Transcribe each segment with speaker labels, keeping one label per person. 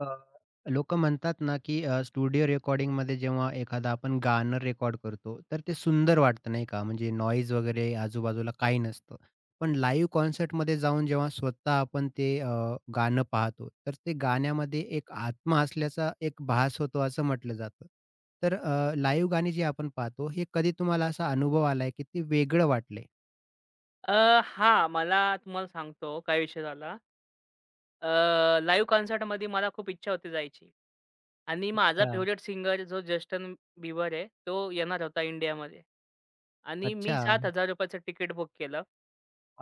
Speaker 1: अ, लोकं म्हणतात ना, की रेकॉर्डिंग रेकॉर्डिंगमध्ये जेव्हा एखादा आपण गाणं रेकॉर्ड करतो, तर ते सुंदर वाटतं नाही का? म्हणजे नॉईज वगैरे आजूबाजूला काही नसतं. पण लाईव्ह कॉन्सर्टमध्ये जाऊन जेव्हा स्वतः आपण ते गाणं पाहतो, तर ते गाण्यामध्ये एक आत्मा असल्याचा एक भास होतो असं म्हटलं जातं. तर लाईव्ह गाणी जी आपण पाहतो, हे कधी तुम्हाला असा अनुभव आलाय, की ते वेगळं वाटलंय?
Speaker 2: मला तुम्हाला सांगतो काय विषय झाला. अ, लाईव्ह कॉन्सर्टमध्ये मला खूप इच्छा होती जायची आणि माझा
Speaker 1: अच्छा.
Speaker 2: फेव्हरेट सिंगर जो जस्टिन बिबर आहे, तो येणार होता इंडियामध्ये आणि मी
Speaker 1: अच्छा.
Speaker 2: ₹7,000 चं तिकीट बुक केलं.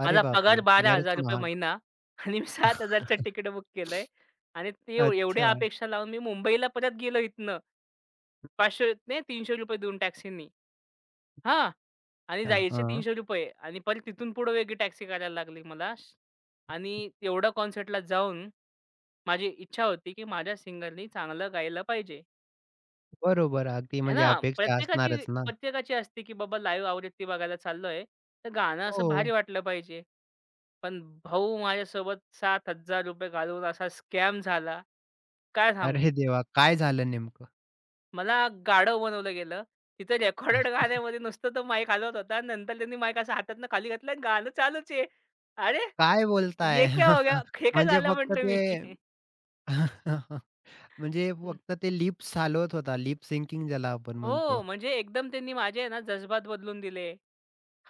Speaker 1: अरे
Speaker 2: माझा
Speaker 1: बापरे!
Speaker 2: पगार
Speaker 1: बरंच
Speaker 2: ₹12,000
Speaker 1: महाग.
Speaker 2: महिना आणि मी ₹7,000 चं तिकीट बुक केलंय आणि ते
Speaker 1: अच्छा.
Speaker 2: एवढ्या अपेक्षा लावून मी मुंबईला परत गेलो इथनं. ₹500 नाही, ₹300 देऊन टॅक्सीनी. हां. आणि जायचे
Speaker 1: अच्छा.
Speaker 2: ₹300 आणि परत तिथून पुढे वेगळी टॅक्सी करायला लागली मला आणि एवढ्या कॉन्सर्टला जाऊन माझी इच्छा होती, की माझ्या सिंगरनी चांगलं गायला पाहिजे.
Speaker 1: बरोबर. अगदी
Speaker 2: आहे
Speaker 1: म्हणजे
Speaker 2: ना,
Speaker 1: अपेक्षा
Speaker 2: प्रत्येकाची
Speaker 1: असणारच ना.
Speaker 2: प्रत्येकाची असते, की बाबा लाईव्ह आवृत्ती बघायला चाललोय, तर गाणं असं
Speaker 1: हो.
Speaker 2: भारी वाटलं पाहिजे. पण भाऊ माझ्यासोबत ₹7,000 घालवून असा स्कॅम झाला, काय सांगू?
Speaker 1: अरे देवा! काय झालं नेमकं?
Speaker 2: मला गाढव बनवलं गेलं. तिथं रेकॉर्डेड गाण्यामध्ये नुसतं तो माईक हलवत होता. नंतर त्यांनी माईक असा हातातनं खाली घातला आणि गाणं चालूच आहे. अरे!
Speaker 1: काय
Speaker 2: ये
Speaker 1: बोलताय?
Speaker 2: क्या हो गया? हे काय
Speaker 1: म्हणजे
Speaker 2: झालं
Speaker 1: फक्त
Speaker 2: म्हटलं मी.
Speaker 1: ते म्हणजे
Speaker 2: हं.
Speaker 1: फक्त ते लिप्स हालवत होता. लिप सिंकिंग ज्याला आपण
Speaker 2: हो,
Speaker 1: म्हणतो.
Speaker 2: म्हणजे एकदम त्यांनी माझे आहे ना जज्बात बदलून दिले,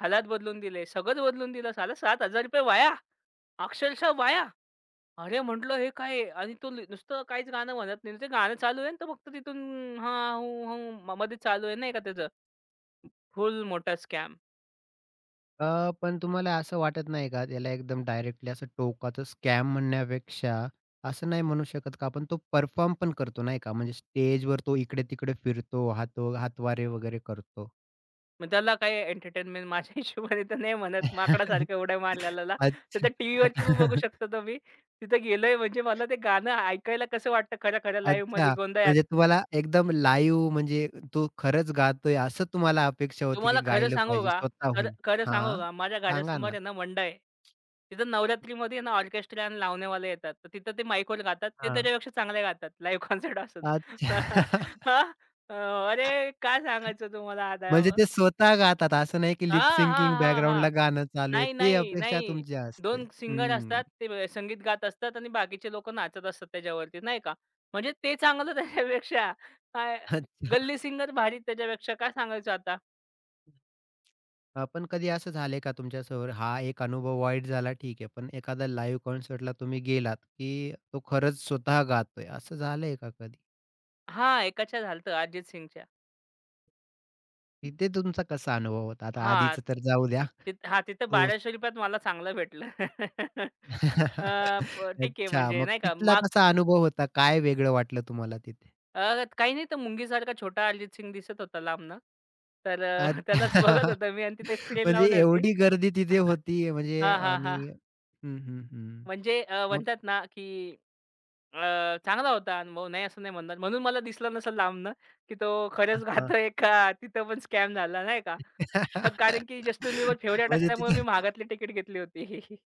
Speaker 2: हालात बदलून दिले, सगळंच बदलून दिलं. साला ₹7,000 वाया. अक्षरशः वाया. अरे म्हटलं हे काय आहे? आणि तो नुसतं काहीच गाणं म्हणत नाही. ते गाणं चालू आहे आणि तो फक्त तिथून हां, हूं, हूं, मध्येच चालू आहे नाही का त्याचं. फुल मोठा स्कॅम.
Speaker 1: पण तुम्हाला असं वाटत नाही का त्याला एकदम डायरेक्टली असं टोकाचं स्कॅम म्हणण्यापेक्षा असं नाही म्हणू शकत का आपण तो परफॉर्म पण करतो नाही का? म्हणजे स्टेजवर तो इकडे-तिकडे फिरतो, हातवारे वगैरे करतो.
Speaker 2: मग त्याला काही एंटरटेनमेंट माझ्या हिशोबाने तर नाही म्हणत. माकडासारखं उड्या मारलेल्याला. तर ते टीव्हीवरती पण बघू
Speaker 1: अच्छा.
Speaker 2: शकता तुम्ही. तिथं गेलोय म्हणजे मला ते गाणं ऐकायला कसं वाटतं खरं-खरं लाईव्हमध्ये
Speaker 1: अच्छा.
Speaker 2: गोंधळात.
Speaker 1: म्हणजे तुम्हाला एकदम लाईव्ह म्हणजे तो खरंच गातोय असं तुम्हाला अपेक्षा होती, की
Speaker 2: तुम्हाला खरं
Speaker 1: गायलं
Speaker 2: सांगू
Speaker 1: पाहिजे
Speaker 2: का? खरं
Speaker 1: स्वतःहून.
Speaker 2: खरं सांगू
Speaker 1: हां,
Speaker 2: का? माझ्या
Speaker 1: सांगा
Speaker 2: घरासमोर
Speaker 1: ना?
Speaker 2: आहे ना मंडळ आहे. तिथं नवरात्रीमध्ये आहे ना ऑर्केस्ट्रा आणि लावणेवाले येतात. तर तिथं ते माईकवर गातात. ते
Speaker 1: हां.
Speaker 2: त्याच्यापेक्षा चांगले गातात लाईव्ह कॉन्सर्ट असून.
Speaker 1: अच्छा.
Speaker 2: हां. अ, अरे काय सांगायचं तुम्हाला आता?
Speaker 1: म्हणजे ते स्वतः गातात असं नाही, की लिप
Speaker 2: हां, हां,
Speaker 1: सिंकिंग
Speaker 2: हां, हां.
Speaker 1: बॅकग्राऊंडला गाणं चालू आहे.
Speaker 2: नाही,
Speaker 1: ते
Speaker 2: नाही,
Speaker 1: अपेक्षा
Speaker 2: नाही.
Speaker 1: तुमची असते.
Speaker 2: 2 सिंगर
Speaker 1: हं.
Speaker 2: असतात. ते संगीत गात असतात आणि बाकीचे लोकं नाचत असतात त्याच्यावरती, नाही का. म्हणजे ते चांगलं त्याच्यापेक्षा. काय
Speaker 1: अच्छा.
Speaker 2: गल्ली सिंगर भारी त्याच्यापेक्षा काय सांगायचं आता.
Speaker 1: अ, कधी असं झालंय का तुमच्यासमोर? हा एक अनुभव वाईट झाला ठीक आहे. पण एखाद्या लाईव्ह कॉन्सर्टला तुम्ही गेलात, की तो खरंच स्वतः गातोय असं झालंय का कधी?
Speaker 2: हां, एकाच्या झालं अरिजित सिंगच्या.
Speaker 1: तिथे तुमचा कसा अनुभव होता? आता
Speaker 2: हां.
Speaker 1: आधीच तर जाऊ द्या.
Speaker 2: तिथं हां, तिथं
Speaker 1: तो
Speaker 2: ₹1200त मला चांगलं भेटलं. अ, ठीक आहे
Speaker 1: अच्छा,
Speaker 2: म्हणजे
Speaker 1: मग
Speaker 2: नाही का
Speaker 1: तिथला कसा अनुभव होता? काय वेगळं वाटलं तुम्हाला तिथे?
Speaker 2: काही नाही तर मुंगीसारखा छोटा अरिजित सिंग दिसत होता लांबनं. तर
Speaker 1: अच्छा.
Speaker 2: त्यालाच बघत होतो मी आणि तिथे एक स्क्रीन
Speaker 1: म्हणजे
Speaker 2: लावली होती.
Speaker 1: एवढी गर्दी तिथे होती म्हणजे
Speaker 2: हां, हां, हां.
Speaker 1: आणि हं, हं, हं.
Speaker 2: म्हणजे
Speaker 1: मग
Speaker 2: म्हणतात ना, की अ, चांगला होता अनुभव, नाही असं नाही म्हणणार. म्हणून मला दिसलं नसेल लांबनं, की तो खरंच
Speaker 1: हां.
Speaker 2: खातोय का तिथं पण स्कॅम झाला नाही का? कारण की जस्टिन बिबर फेव्हरेट
Speaker 1: म्हणजे
Speaker 2: असल्यामुळे मी
Speaker 1: तिथे
Speaker 2: मागातली तिकीट घेतली होती.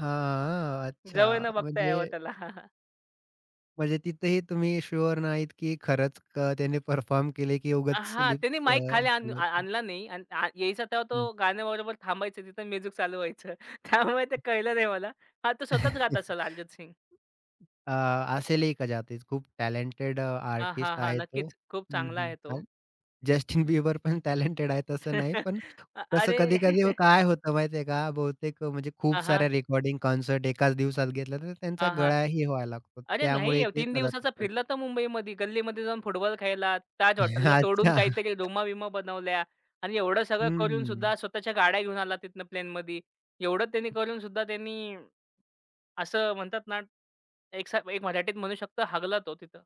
Speaker 1: हां,
Speaker 2: जवळ
Speaker 1: अच्छा.
Speaker 2: न बघता यावं
Speaker 1: म्हणजे
Speaker 2: त्याला.
Speaker 1: म्हणजे तिथेही तुम्ही शुअर नाहीत, की खरंच त्याने परफॉर्म केले, की उगाच
Speaker 2: हां, त्याने
Speaker 1: लिप्स
Speaker 2: माईक खाली
Speaker 1: हलवतील.
Speaker 2: आणला नाही आणि यायचा तेव्हा तो गाण्याबरोबर थांबायचा तिथं म्युझिक चालू व्हायचं. त्यामुळे ते कळलं नाही मला. हां, तो स्वतःच गात असेल अरिजित सिंग.
Speaker 1: अ, असेलही का जाते खूप टॅलेंटेड
Speaker 2: हां, हां,
Speaker 1: आर्टिस्ट
Speaker 2: हां.
Speaker 1: आहे तो.
Speaker 2: नक्कीच. खूप
Speaker 1: हं,
Speaker 2: चांगला
Speaker 1: हं.
Speaker 2: आहे तो.
Speaker 1: आणि जस्टिन बिबर पण टॅलेंटेड आहे तसं नाही, पण कसं
Speaker 2: अरे
Speaker 1: कधी-कधी हो, काय होतं माहिती आहे का, बहुतेक म्हणजे खूप
Speaker 2: हां, हां.
Speaker 1: साऱ्या रेकॉर्डिंग कॉन्सर्ट एकाच दिवसात घेतल्या तर त्यांचा
Speaker 2: हां, हां.
Speaker 1: गळाही व्हायला लागतो.
Speaker 2: अरे नाही,
Speaker 1: त्यामुळे ते
Speaker 2: तीन
Speaker 1: कदाचित
Speaker 2: दिवसाचा
Speaker 1: कळतं.
Speaker 2: फिरला तर मुंबईमध्ये, गल्लीमध्ये जाऊन फुटबॉल खेळला, ताज हॉटेलला तोडून
Speaker 1: अच्छा.
Speaker 2: काहीतरी रूमा-बिमा बनवल्या आणि एवढं सगळं करून
Speaker 1: हं.
Speaker 2: सुद्धा स्वतःच्या गाड्या घेऊन आला तिथनं प्लेनमध्ये. एवढं त्यांनी करून सुद्धा त्यांनी असं म्हणतात ना, एक मराठीत म्हणू शकतो हागला तो तिथं.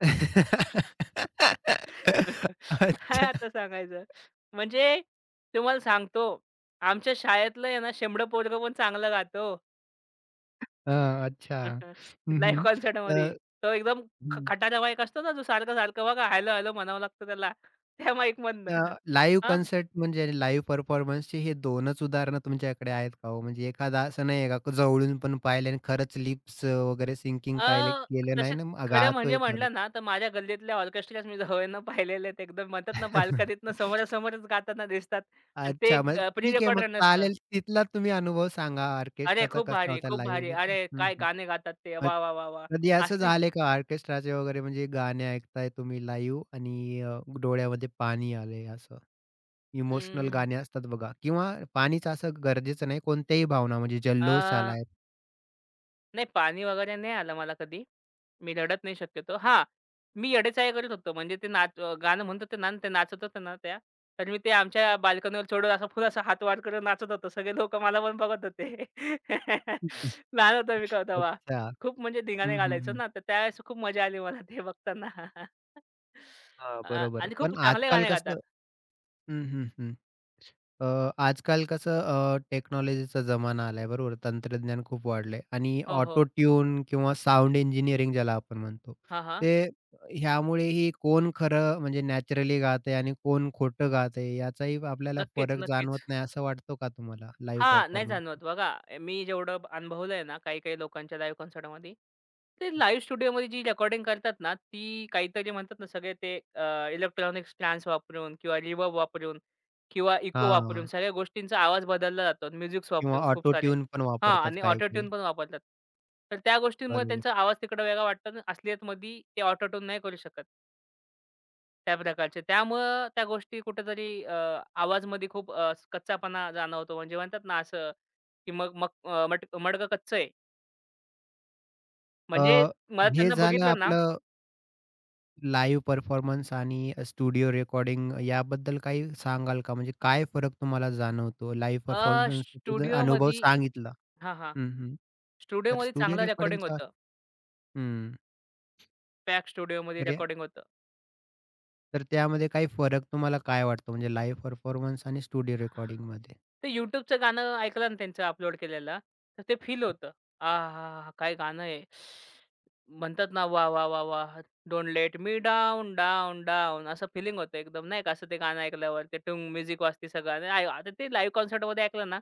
Speaker 2: काय
Speaker 1: अच्छा.
Speaker 2: आता सांगायचं? म्हणजे तुम्हाला सांगतो, आमच्या शाळेतलं आहे ना शेंबडं पोरगं पण चांगलं गातं हो.
Speaker 1: हां, अच्छा. हं,
Speaker 2: लाईव्ह
Speaker 1: हं.
Speaker 2: कॉन्सर्टमध्ये.
Speaker 1: तर
Speaker 2: तो एकदम खटारा माईक असतो ना, जो सारखं-सारखं बघा हॅलो, हॅलो म्हणावं लागतं त्याला. त्या
Speaker 1: अ,
Speaker 2: माईकमधनं.
Speaker 1: लाईव्ह
Speaker 2: हां,
Speaker 1: कन्सर्ट म्हणजे लाईव्ह परफॉर्मन्सचे हे 2च उदाहरणं तुमच्याकडे आहेत का हो? म्हणजे एखादा असं नाही आहे का जवळून पण पाहिले आणि खरंच लिप्स वगैरे सिंकिंग काय
Speaker 2: अ,
Speaker 1: केलं नाही
Speaker 2: तसे
Speaker 1: ना, मग
Speaker 2: खरं म्हणजे
Speaker 1: गातोय खरंच.
Speaker 2: म्हटलं ना, तर माझ्या गल्लीतल्या ऑर्केस्ट्राच मी जवळनं पाहिलेले आहेत. एकदम म्हणतात ना, बाल्कनीतनं समोरासमोरच गाताना दिसतात आणि ते
Speaker 1: अच्छा, मग
Speaker 2: प्री
Speaker 1: ठीक आहे मग
Speaker 2: रेकॉर्डेड नसतं.
Speaker 1: चालेल. तिथला तुम्ही अनुभव सांगा
Speaker 2: अरे,
Speaker 1: ऑर्केस्ट्राचा
Speaker 2: खूप
Speaker 1: कसा
Speaker 2: भारी,
Speaker 1: होता
Speaker 2: खूप
Speaker 1: लाईव्ह
Speaker 2: भारी.
Speaker 1: वगैरे?
Speaker 2: अरे,
Speaker 1: हं,
Speaker 2: काय
Speaker 1: हं.
Speaker 2: गाणे गातात ते.
Speaker 1: मग
Speaker 2: वाह, वाह, वाह, वाह!
Speaker 1: कधी असं
Speaker 2: असली
Speaker 1: झालंय का ऑर्केस्ट्राचे वगैरे म्हणजे गाणे ऐकताय तुम्ही लाईव्ह आणि डोळ्यामध्ये पाणी आलंय असं? इमोशनल
Speaker 2: हम्म,
Speaker 1: गाणी असतात बघा किंवा पाणीच असं गरजेचं नाही, कोणत्याही भावना म्हणजे जल्लोष
Speaker 2: अं,
Speaker 1: आलाय
Speaker 2: नाही पाणी वगैरे नाही आलं मला कधी. मी रडत नाही शक्यतो. हां, मी येडेचाळे करत होतो. म्हणजे ते गाणं म्हणत होते ना, ते नाचत होते ना त्या, तर मी ते आमच्या बाल्कनीवर चढून असा फुल असा हात वर करून नाचत होतो. सगळे लोकं मला पण बघत होते. लहान होतो मी का तेव्हा.
Speaker 1: अच्छा.
Speaker 2: खूप म्हणजे धिंगाणे
Speaker 1: हं, हं,
Speaker 2: घालायचो
Speaker 1: हं.
Speaker 2: ना, तर त्यावेळेस खूप मजा आली मला ते बघताना.
Speaker 1: हां, बरोबर.
Speaker 2: आणि खूप
Speaker 1: पण
Speaker 2: चांगले
Speaker 1: आजकाल
Speaker 2: गाणे
Speaker 1: कसं
Speaker 2: गातात.
Speaker 1: हं, हं, हं. अ, आजकाल कसं टेक्नॉलॉजीचा जमाना आलाय बरोबर. तंत्रज्ञान खूप वाढलंय आणि
Speaker 2: हो, हो.
Speaker 1: ऑटो ट्यून किंवा साउंड इंजिनिअरिंग ज्याला आपण म्हणतो,
Speaker 2: हां, हां.
Speaker 1: ते ह्यामुळेही कोण खरं म्हणजे नॅचरली गातंय आणि कोण खोटं गातंय याचाही आपल्याला
Speaker 2: नक्कीच,
Speaker 1: फरक जाणवत
Speaker 2: नक्कीच.
Speaker 1: नाही असं वाटतो का तुम्हाला लाईव्ह
Speaker 2: हां, नाही
Speaker 1: परफॉर्मन्स?
Speaker 2: जाणवत. बघा ए, मी जेवढं अनुभवलंय ना, काही-काही लोकांच्या लाईव्ह कॉन्सर्टमध्ये, ते लाईव्ह स्टुडिओमध्ये जी रेकॉर्डिंग करतात ना, ती काहीतरी म्हणतात ना, सगळे ते इलेक्ट्रॉनिक स्टॅन्स वापरून किंवा रिवर्ब वापरून किंवा इको वापरून
Speaker 1: हां.
Speaker 2: सगळ्या गोष्टींचा आवाज बदलला जातो. म्युझिक्स
Speaker 1: किंवा
Speaker 2: वापरून खूप
Speaker 1: ऑटो
Speaker 2: सारे
Speaker 1: ट्यून पण
Speaker 2: हां
Speaker 1: वापरतात
Speaker 2: आणि ऑटो
Speaker 1: काही-काही.
Speaker 2: पण वापरतात. तर त्या गोष्टींमुळे
Speaker 1: बरोबर.
Speaker 2: त्यांचा आवाज तिकडे वेगळा वाटतो आणि असलीयतमध्ये ते ऑटो नाही करू शकत त्या प्रकारचे. त्यामुळं त्या गोष्टी कुठेतरी आवाजमध्ये खूप कच्चापणा जाणवतो. म्हणजे म्हणतात ना, असं की मग मग अ, मट मडकं कच्चं आहे.
Speaker 1: अ,
Speaker 2: म्हणजे मला
Speaker 1: हे
Speaker 2: त्यांना
Speaker 1: झालं
Speaker 2: बघितलं ना
Speaker 1: आपलं लाईव्ह परफॉर्मन्स आणि स्टुडिओ रेकॉर्डिंग याबद्दल काही सांगाल का? म्हणजे काय फरक तुम्हाला जाणवतो? लाईव्ह परफॉर्मन्सचा जर अनुभव
Speaker 2: स्टुडिओमध्ये
Speaker 1: सांगितला
Speaker 2: हां, हां.
Speaker 1: हं, हं. तर
Speaker 2: स्टुडिओमध्ये
Speaker 1: स्टुडिओ
Speaker 2: चांगलं रेकॉर्डिंग
Speaker 1: रेकॉर्डिंगचा
Speaker 2: होतं.
Speaker 1: हं.
Speaker 2: पॅक स्टुडिओमध्ये
Speaker 1: तर या
Speaker 2: रेकॉर्डिंग होतं.
Speaker 1: तर त्यामध्ये काही फरक तुम्हाला काय वाटतो? म्हणजे लाईव्ह परफॉर्मन्स आणि स्टुडिओ रेकॉर्डिंगमध्ये.
Speaker 2: ते YouTubeचं गाणं ऐकलं ना त्यांचं अपलोड केलेलं, तर ते फील होतं. आहाहा! काय गाणं आहे. म्हणतात ना वाह, वाह, वाह, वाह! Don't let me down, down, down असं फीलिंग होतं एकदम नाही का असं ते गाणं ऐकल्यावर ते टुंग म्युझिक वाजते सगळं आणि आता ते लाईव्ह कॉन्सर्टमध्ये ऐकलं ना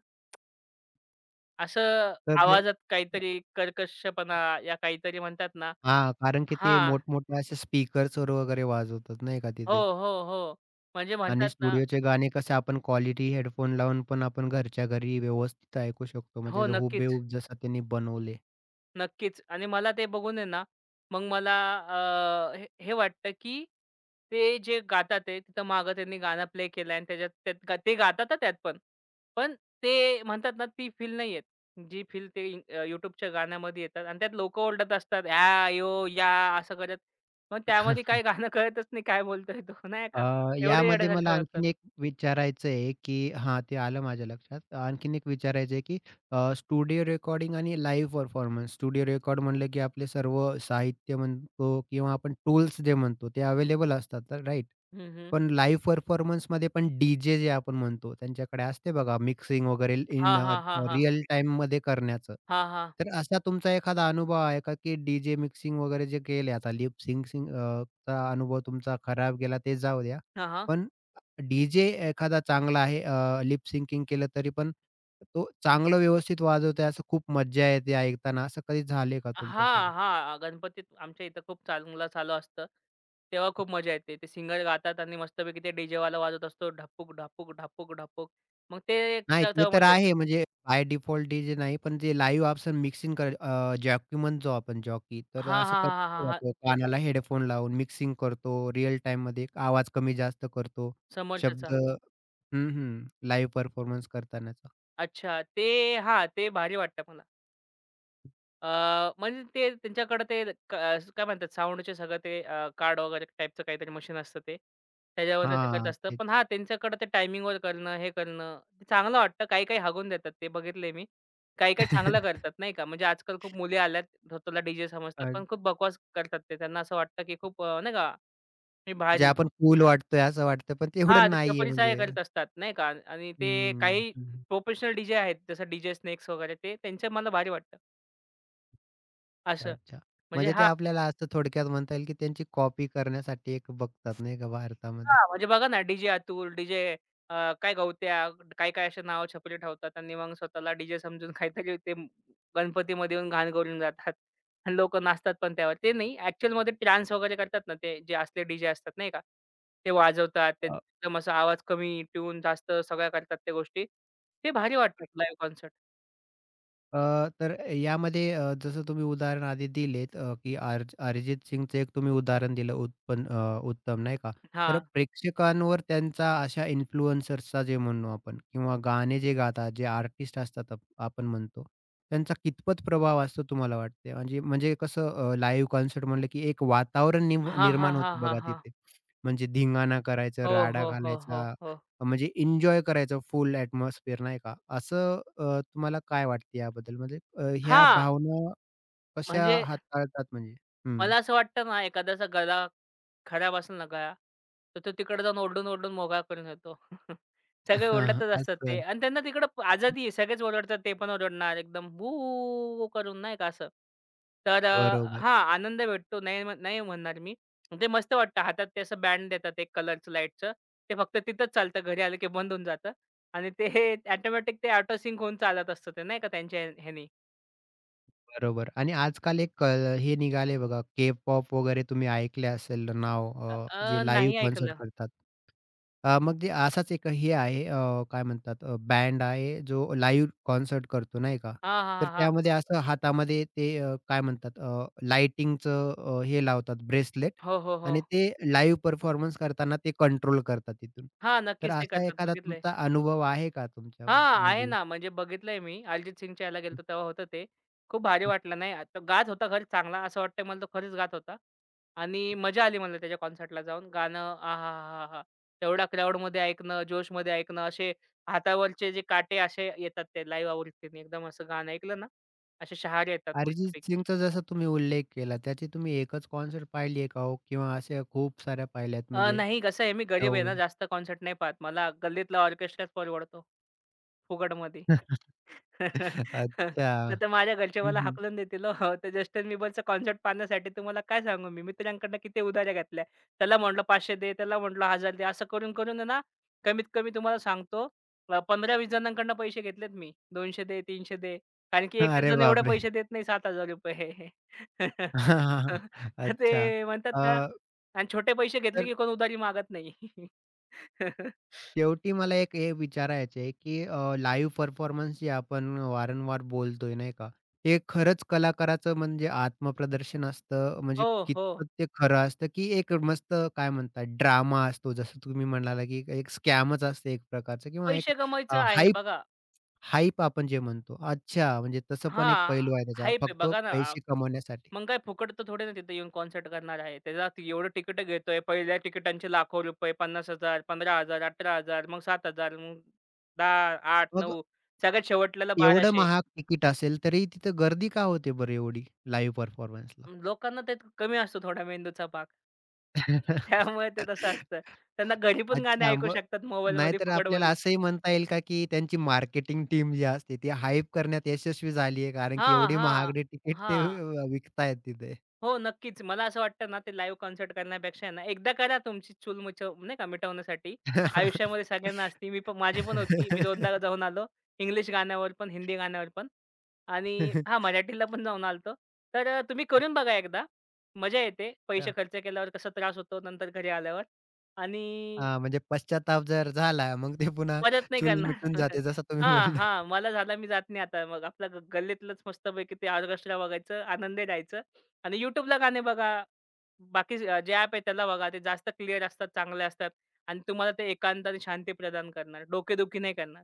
Speaker 2: असं
Speaker 1: तर ते
Speaker 2: आवाजात काहीतरी कर्कशपणा या काहीतरी म्हणतात ना
Speaker 1: हां, कारण की ते
Speaker 2: हां.
Speaker 1: मोठमोठे असे स्पीकर्सवर वगैरे वाजवतात नाही का
Speaker 2: हो,
Speaker 1: तिथे?
Speaker 2: हो, हो. म्हणजे
Speaker 1: आणि
Speaker 2: म्हणतात ना
Speaker 1: स्टुडिओचे गाणे कसे आपण क्वालिटी हेडफोन लावून पण आपण घरच्या घरी व्यवस्थित ऐकू शकतो. म्हणजे
Speaker 2: हो,
Speaker 1: ते
Speaker 2: नक्कीच.
Speaker 1: हुबेहूब जसं त्यांनी बनवले.
Speaker 2: नक्कीच आणि मला ते बघून आहे ना, मग मला हे हे वाटतं, की ते जे गातात आहे, तिथं मागं त्यांनी गाणं प्ले केलं आणि त्यात ते गातात हां त्यात पण. पण ते म्हणतात ना, ती फील नाही येत. जी फील ते YouTubeच्या गाण्यामध्ये येतात आणि त्यात लोकं ओरडत असतात, "या, यो, या" असं करत. मग त्यामध्ये काही गाणं कळतच नाही काय बोलतोय तो, नाही
Speaker 1: अ,
Speaker 2: का? एवढे
Speaker 1: यामध्ये
Speaker 2: येड्यासारखं
Speaker 1: मला
Speaker 2: वागतात.
Speaker 1: आणखीन एक विचारायचं आहे, की हां, ते आलं माझ्या लक्षात. आणखीन एक विचारायचं आहे, की स्टुडिओ रेकॉर्डिंग आणि लाईव्ह परफॉर्मन्स. स्टुडिओ रेकॉर्ड म्हणलं, की आपले सर्व साहित्य म्हणतो किंवा आपण टूल्स जे म्हणतो ते अवेलेबल असतात तर राईट.
Speaker 2: हं, हं.
Speaker 1: पण लाईव्ह परफॉर्मन्समध्ये पण डी-जे जे आपण म्हणतो त्यांच्याकडे असते बघा मिक्सिंग वगैरे
Speaker 2: हां,
Speaker 1: इन
Speaker 2: हां, हां, हां.
Speaker 1: रिअल टाईममध्ये करण्याचं.
Speaker 2: हां, हां.
Speaker 1: तर असा तुमचा एखादा अनुभव आहे का, की मिक्सिंग वगैरे जे केले आता लिप सिंग चा अनुभव तुमचा खराब गेला ते जाऊ द्या. पण डीजे एखादा चांगला आहे लिप सिंकिंग केलं तरी पण तो चांगलं व्यवस्थित वाजवतोय असं खूप मज्जा येते ऐकताना. असं कधी झालंय का तुमच्यासोबत?
Speaker 2: हां, हां. गणपतीत आमच्या इथं खूप चांगलं चालू असतं. तेव्हा खूप मजा येते. ते सिंगर गातात आणि मस्तपैकी ते डीजेवाला वाजत असतो ढपूक, ढपूक, ढपूक, ढपूक. मग ते एक
Speaker 1: नाही ते
Speaker 2: तेव्हा
Speaker 1: तर
Speaker 2: मजा येते.
Speaker 1: आहे म्हणजे बाय डिफॉल्ट नाही पण जे लाईव्ह ऑप्शन मिक्सिंग कर जॉकी म्हणतो आपण जॉकी तर
Speaker 2: हां,
Speaker 1: असं
Speaker 2: हां, हां,
Speaker 1: करतो
Speaker 2: हां,
Speaker 1: का
Speaker 2: हां,
Speaker 1: तो? कानाला हेडफोन लावून मिक्सिंग करतो रिअल टाईममध्ये आवाज कमी जास्त करतो. शब्द
Speaker 2: समोरच्याचा.
Speaker 1: हं, हं. लाईव्ह परफॉर्मन्स करतानाचा.
Speaker 2: अच्छा. ते हां, ते भारी वाटतं मला. अ, म्हणजे ते त्यांच्याकडे ते असं काय म्हणतात साउंडचे सगळं ते कार्ड वगैरे टाइपचं काहीतरी मशीन असतं ते. त्याच्यावरनं ते करत
Speaker 1: हां,
Speaker 2: असतं.
Speaker 1: तेच.
Speaker 2: पण हां, त्यांच्याकडे ते टायमिंगवर करणं, हे करणं ते चांगलं वाटतं. काही-काही हागून देतात ते बघितलंय मी. काही-काही चांगलं करतात नाही का. म्हणजे आजकाल खूप मुली आल्यात स्वतःला डीजे समजतात, पण खूप बकवास करतात ते. त्यांना असं वाटतं, की खूप नाही का मी
Speaker 1: म्हणजे
Speaker 2: भारी.
Speaker 1: आपण कूल वाटतोय असं वाटतं, पण ते
Speaker 2: हां,
Speaker 1: एवढं
Speaker 2: ते
Speaker 1: नाहीये
Speaker 2: चपलीशाया
Speaker 1: म्हणजे.
Speaker 2: करत असतात नाही का आणि आणि ते
Speaker 1: हं,
Speaker 2: काही
Speaker 1: हं.
Speaker 2: प्रोफेशनल डीजे आहेत जसं डीजे स्नेक्स वगैरे ते त्यांचे मला भारी वाटतं असं.
Speaker 1: अच्छा.
Speaker 2: म्हणजे
Speaker 1: म्हणजे ते
Speaker 2: हां.
Speaker 1: आपल्याला असं थोडक्यात म्हणता येईल, की त्यांची कॉपी करण्यासाठी एक बघतात नाही का भारतामध्ये.
Speaker 2: हां, म्हणजे बघा ना, डीजे जे अतुल, डी-जे अ, काय गवत्या, काय-काय अशी नावं छपरी ठेवतात आणि मग स्वतःला डी-जे समजून काहीतरी ते गणपतीमध्ये येऊन घाण करून जातात आणि लोकं नाचतात पण त्यावर. ते नाही, ॲक्चुअलमध्ये ट्रान्स वगैरे करतात ना, ते जे असले डी असतात नाही का, ते वाजवतात. ते एकदम असा आवाज कमी, ट्यून जास्त सगळ्या करतात त्या गोष्टी. ते भारी वाटतात लाईव्ह कॉन्सर्ट.
Speaker 1: अ, तर यामध्ये जसं तुम्ही उदाहरण आधी दिलेत की अरिजित सिंगचं एक तुम्ही उदाहरण दिलं उत्तम नाही का? तर
Speaker 2: हां.
Speaker 1: प्रेक्षकांवर त्यांचा अशा इन्फ्लुएन्सर्सचा जे म्हणू आपण किंवा गाणे जे गातात, जे आर्टिस्ट असतात आपण म्हणतो, त्यांचा कितपत प्रभाव असतो तुम्हाला वाटते? म्हणजे म्हणजे कसं लाईव्ह कॉन्सर्ट म्हणलं की एक वातावरण
Speaker 2: हां, हां,
Speaker 1: निर्माण
Speaker 2: हां,
Speaker 1: होते
Speaker 2: हां,
Speaker 1: बघा
Speaker 2: हां.
Speaker 1: तिथे. म्हणजे धिंगाणा करायचं,
Speaker 2: हो,
Speaker 1: राडा
Speaker 2: हो, हो, हो,
Speaker 1: घालायचा
Speaker 2: हो.
Speaker 1: म्हणजे एन्जॉय करायचं फुल ॲटमॉस्फिअर नाही का? असं तुम्हाला काय वाटते याबद्दल? म्हणजे ह्या
Speaker 2: हां,
Speaker 1: भावना कशा
Speaker 2: म्हणजे
Speaker 1: हाताळतात म्हणजे? हं.
Speaker 2: मला असं वाटतं ना, एखाद्याचा गळा खराब असेल ना गळा, तर तो तिकडे जाऊन ओरडून-ओरडून मोकळा करून येतो. सगळे ओरडतच असतात ते
Speaker 1: असं.
Speaker 2: आणि त्यांना तिकडं आजादी आहे. सगळेच ओरडतात, ते पण ओरडणार एकदम बू करून नाही का असं. तर
Speaker 1: बरोबर.
Speaker 2: आनंद भेटतो. नाही म्हणणार मी. ते मस्त वाटतं. हातात ते असं बँड देतात एक कलरचं लाईटचं. ते फक्त तिथंच चालतं. घरी आलं की बंद होऊन जातं आणि ते ऑटोमॅटिक ते ऑटो सिंक होऊन चालत असतं ते नाही का त्यांच्या ह्यानी.
Speaker 1: बरोबर आणि आजकाल एक हे निघाले बघा के-पॉप वगैरे तुम्ही ऐकले असेल नाव
Speaker 2: अ, अ,
Speaker 1: जे लाईव्ह
Speaker 2: नाही
Speaker 1: कॉन्सर्ट
Speaker 2: ऐकलं.
Speaker 1: करतात. मग ते असाच एक हे आहे काय म्हणतात बँड आहे जो लाईव्ह कॉन्सर्ट करतो नाही का.
Speaker 2: हां,
Speaker 1: तर
Speaker 2: हां, हां, हां.
Speaker 1: त्यामध्ये असं हातामध्ये ते काय म्हणतात लाइटिंगचं हे लावतात ब्रेसलेट
Speaker 2: हो, हो, हो.
Speaker 1: आणि ते लाईव्ह परफॉर्मन्स करताना ते कंट्रोल करतात तिथून.
Speaker 2: हां,
Speaker 1: तर
Speaker 2: नक्कीच ते
Speaker 1: असा
Speaker 2: करतात
Speaker 1: एखादा
Speaker 2: बघितलंय.
Speaker 1: तुमचा अनुभव आहे का
Speaker 2: हां,
Speaker 1: तुमच्याबद्दल
Speaker 2: आहे
Speaker 1: म्हणजे?
Speaker 2: ना, म्हणजे बघितलंय मी. अरिजित सिंगच्या ह्याला गेलो होतो तेव्हा होतं ते. खूप भारी वाटलं नाही तो गात होता खरंच चांगला असं वाटतंय मला तो खरंच गात होता आणि मजा आली मला त्याच्या कॉन्सर्टला जाऊन. गाणं आहाहाहा! तेवढ्या क्राउडमध्ये ऐकणं, जोशमध्ये ऐकणं, असे हातावरचे जे काटे असे येतात ते लाईव्ह आवृत्तीने एकदम असं गाणं ऐकलं ना, असे शहारे येतात मस्तपैकी.
Speaker 1: अरिजित सिंगचा जसा तुम्ही उल्लेख केला, त्याची तुम्ही एकच कॉन्सर्ट पाहिली आहे का हो? किंवा अशा खूप साऱ्या पाहिल्यात म्हणजे
Speaker 2: नाही कसं आहे मी गरीब आहे ना,
Speaker 1: जवळून?
Speaker 2: जास्त कॉन्सर्ट नाही पाहत. मला गल्लीतला ऑर्केस्ट्राच परवडतो. फुकटमध्ये.
Speaker 1: अच्छा.
Speaker 2: नाहीतर माझ्या घरचे मला
Speaker 1: हं,
Speaker 2: हाकलून देतील हो. हो, तर जस्टिन बिबरचा कॉन्सर्ट पाहण्यासाठी तुम्हाला काय सांगू मी मित्रांकडनं किती उधाऱ्या घेतल्या. त्याला म्हटलं 500 दे, त्याला म्हटलं 1000 दे. असं करून, करून आहे ना कमीत कमी तुम्हाला सांगतो 15-20 जणांकडनं पैसे घेतलेत मी. 200 दे, 300 दे. कारण की एकच
Speaker 1: अरे
Speaker 2: जण एवढे
Speaker 1: बापरे!
Speaker 2: पैसे देत नाही ₹7,000
Speaker 1: हां,
Speaker 2: तर
Speaker 1: अच्छा.
Speaker 2: ते म्हणतात ना
Speaker 1: अ,
Speaker 2: आणि छोटे पैसे घेतले
Speaker 1: तर
Speaker 2: की कोण उधारी मागत नाही.
Speaker 1: शेवटी मला एक हे विचारायचं आहे, की लाईव्ह परफॉर्मन्स जे आपण वारंवार बोलतोय नाही का? हे खरंच कलाकाराचं म्हणजे आत्मप्रदर्शन असतं म्हणजे
Speaker 2: हो, हो.
Speaker 1: कितपत ते खरं असतं, की एक मस्त काय म्हणतात ड्रामा असतो जसं तुम्ही म्हणाला, की एक स्कॅमच असते एक प्रकारचं किंवा एक
Speaker 2: पैसे कमवायचं आहे
Speaker 1: हाइप
Speaker 2: बघा.
Speaker 1: आपण जे म्हणतो. अच्छा, म्हणजे तसं पण एक
Speaker 2: हां,
Speaker 1: पैलू आहे त्याचा
Speaker 2: हाईप आहे
Speaker 1: फक्त
Speaker 2: बघा ना.
Speaker 1: पैसे कमवण्यासाठी.
Speaker 2: मग काय फुकट तर थोडे ना तिथे येऊन कॉन्सर्ट करणार आहे. त्याला ती एवढं तिकीट घेतोय. पहिल्या तिकिटांचे लाखो रुपये, 50,000, 15,000, 18,000, मग 7,000, मग 10, 8,
Speaker 1: मग
Speaker 2: 9 सगळ्यात शेवटल्याला
Speaker 1: एवढं
Speaker 2: 1200.
Speaker 1: महाग तिकीट असेल तरी तिथं गर्दी का होते बरं एवढी लाईव्ह परफॉर्मन्सला?
Speaker 2: लोकांना ते कमी असतो थोडा मेंदूचा भाग. त्यामुळे ते तसं असतं. त्यांना घरी पण गाणे
Speaker 1: अच्छा,
Speaker 2: ऐकू
Speaker 1: मग
Speaker 2: शकतात मोबाईलमध्ये
Speaker 1: नाहीतर आपल्याला
Speaker 2: फुकटमध्ये.
Speaker 1: असंही म्हणता येईल का, की त्यांची मार्केटिंग टीम जी असते ती हाईप करण्यात यशस्वी झाली आहे, कारण की
Speaker 2: हां,
Speaker 1: एवढी
Speaker 2: हां.
Speaker 1: महागडी तिकीट ते
Speaker 2: हां.
Speaker 1: विकतायत तिथे.
Speaker 2: हो, नक्कीच. मला असं वाटतं ना, ते लाईव्ह कॉन्सर्ट करण्यापेक्षा आहे ना, एकदा करा तुमची चूल मुचव नाही का मिटवण्यासाठी. आयुष्यामध्ये सगळ्यांना असते. मी पण माझी पण होती. मी 2दा जाऊन आलो. इंग्लिश गाण्यावर पण, हिंदी गाण्यावर पण आणि हां, मराठीला पण जाऊन आलो तर तुम्ही करून बघा एकदा. मजा येते. पैसे खर्च केल्यावर कसा त्रास होतो नंतर घरी आल्यावर आणि
Speaker 1: हां, म्हणजे पश्चाताप जर झाला, मग ते पुन्हा
Speaker 2: परत नाही
Speaker 1: चूल
Speaker 2: करणार.
Speaker 1: मिटून जाते, जसं तुम्ही
Speaker 2: हां,
Speaker 1: म्हणलात.
Speaker 2: हां. मला झाला मी जात नाही आता. मग आपल्या गल्लीतलंच मस्तपैकी ते ऑर्केस्ट्रा बघायचं, आनंदी राहायचं आणि YouTubeला गाणे बघा. बाकी जे ॲप आहे त्याला बघा ते जास्त क्लिअर असतात, चांगले असतात आणि तुम्हाला ते एकांत आणि शांती प्रदान करणार. डोकेदुखी नाही करणार.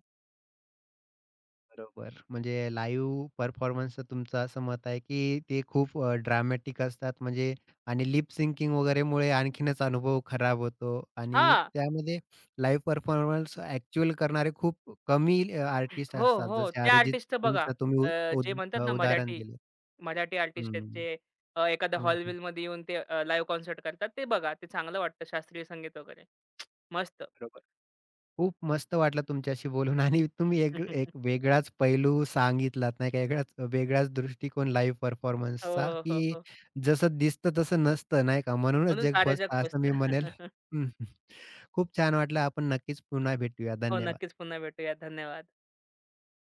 Speaker 1: बरोबर. म्हणजे लाईव्ह परफॉर्मन्सचं तुमचं असं मत आहे, की ते खूप ड्रामॅटिक असतात म्हणजे आणि लिप सिंकिंग वगैरेमुळे आणखीनच अनुभव खराब होतो आणि
Speaker 2: हां.
Speaker 1: त्यामध्ये लाईव्ह परफॉर्मन्स ॲक्चुअल करणारे खूप कमी आर्टिस्ट
Speaker 2: हो,
Speaker 1: असतात.
Speaker 2: हो.
Speaker 1: जसे
Speaker 2: ते
Speaker 1: अरिजित
Speaker 2: आर्टिस्टचं बघा
Speaker 1: सिंगचं तुम्ही
Speaker 2: अ,
Speaker 1: उद
Speaker 2: जे
Speaker 1: उद
Speaker 2: म्हणतात
Speaker 1: अ,
Speaker 2: ना
Speaker 1: उदाहरण
Speaker 2: मराठी,
Speaker 1: दिलं.
Speaker 2: मराठी आर्टिस्ट आहेत
Speaker 1: हं,
Speaker 2: जे एखाद्या
Speaker 1: हं, हं.
Speaker 2: हॉल-बिलमध्ये येऊन ते लाईव्ह कॉन्सर्ट करतात ते बघा. ते चांगलं वाटतं शास्त्रीय संगीत वगैरे. मस्त.
Speaker 1: बरोबर. खूप मस्त वाटलं तुमच्याशी बोलून आणि तुम्ही एक एक वेगळाच पैलू सांगितलात नाही का, वेगळाच वेगळाच दृष्टिकोन लाईव्ह
Speaker 2: हो,
Speaker 1: परफॉर्मन्सचा,
Speaker 2: हो, हो,
Speaker 1: की
Speaker 2: हो.
Speaker 1: जसं दिसतं तसं नसतं नाही का, म्हणूनच
Speaker 2: म्हणून
Speaker 1: जग
Speaker 2: सारं जग
Speaker 1: फसतं असं मी
Speaker 2: फसतं.
Speaker 1: म्हणेल. हं, हं. खूप छान वाटलं. आपण नक्कीच पुन्हा भेटूया.
Speaker 2: हो,
Speaker 1: धन्यवाद.
Speaker 2: नक्कीच पुन्हा भेटूया. धन्यवाद.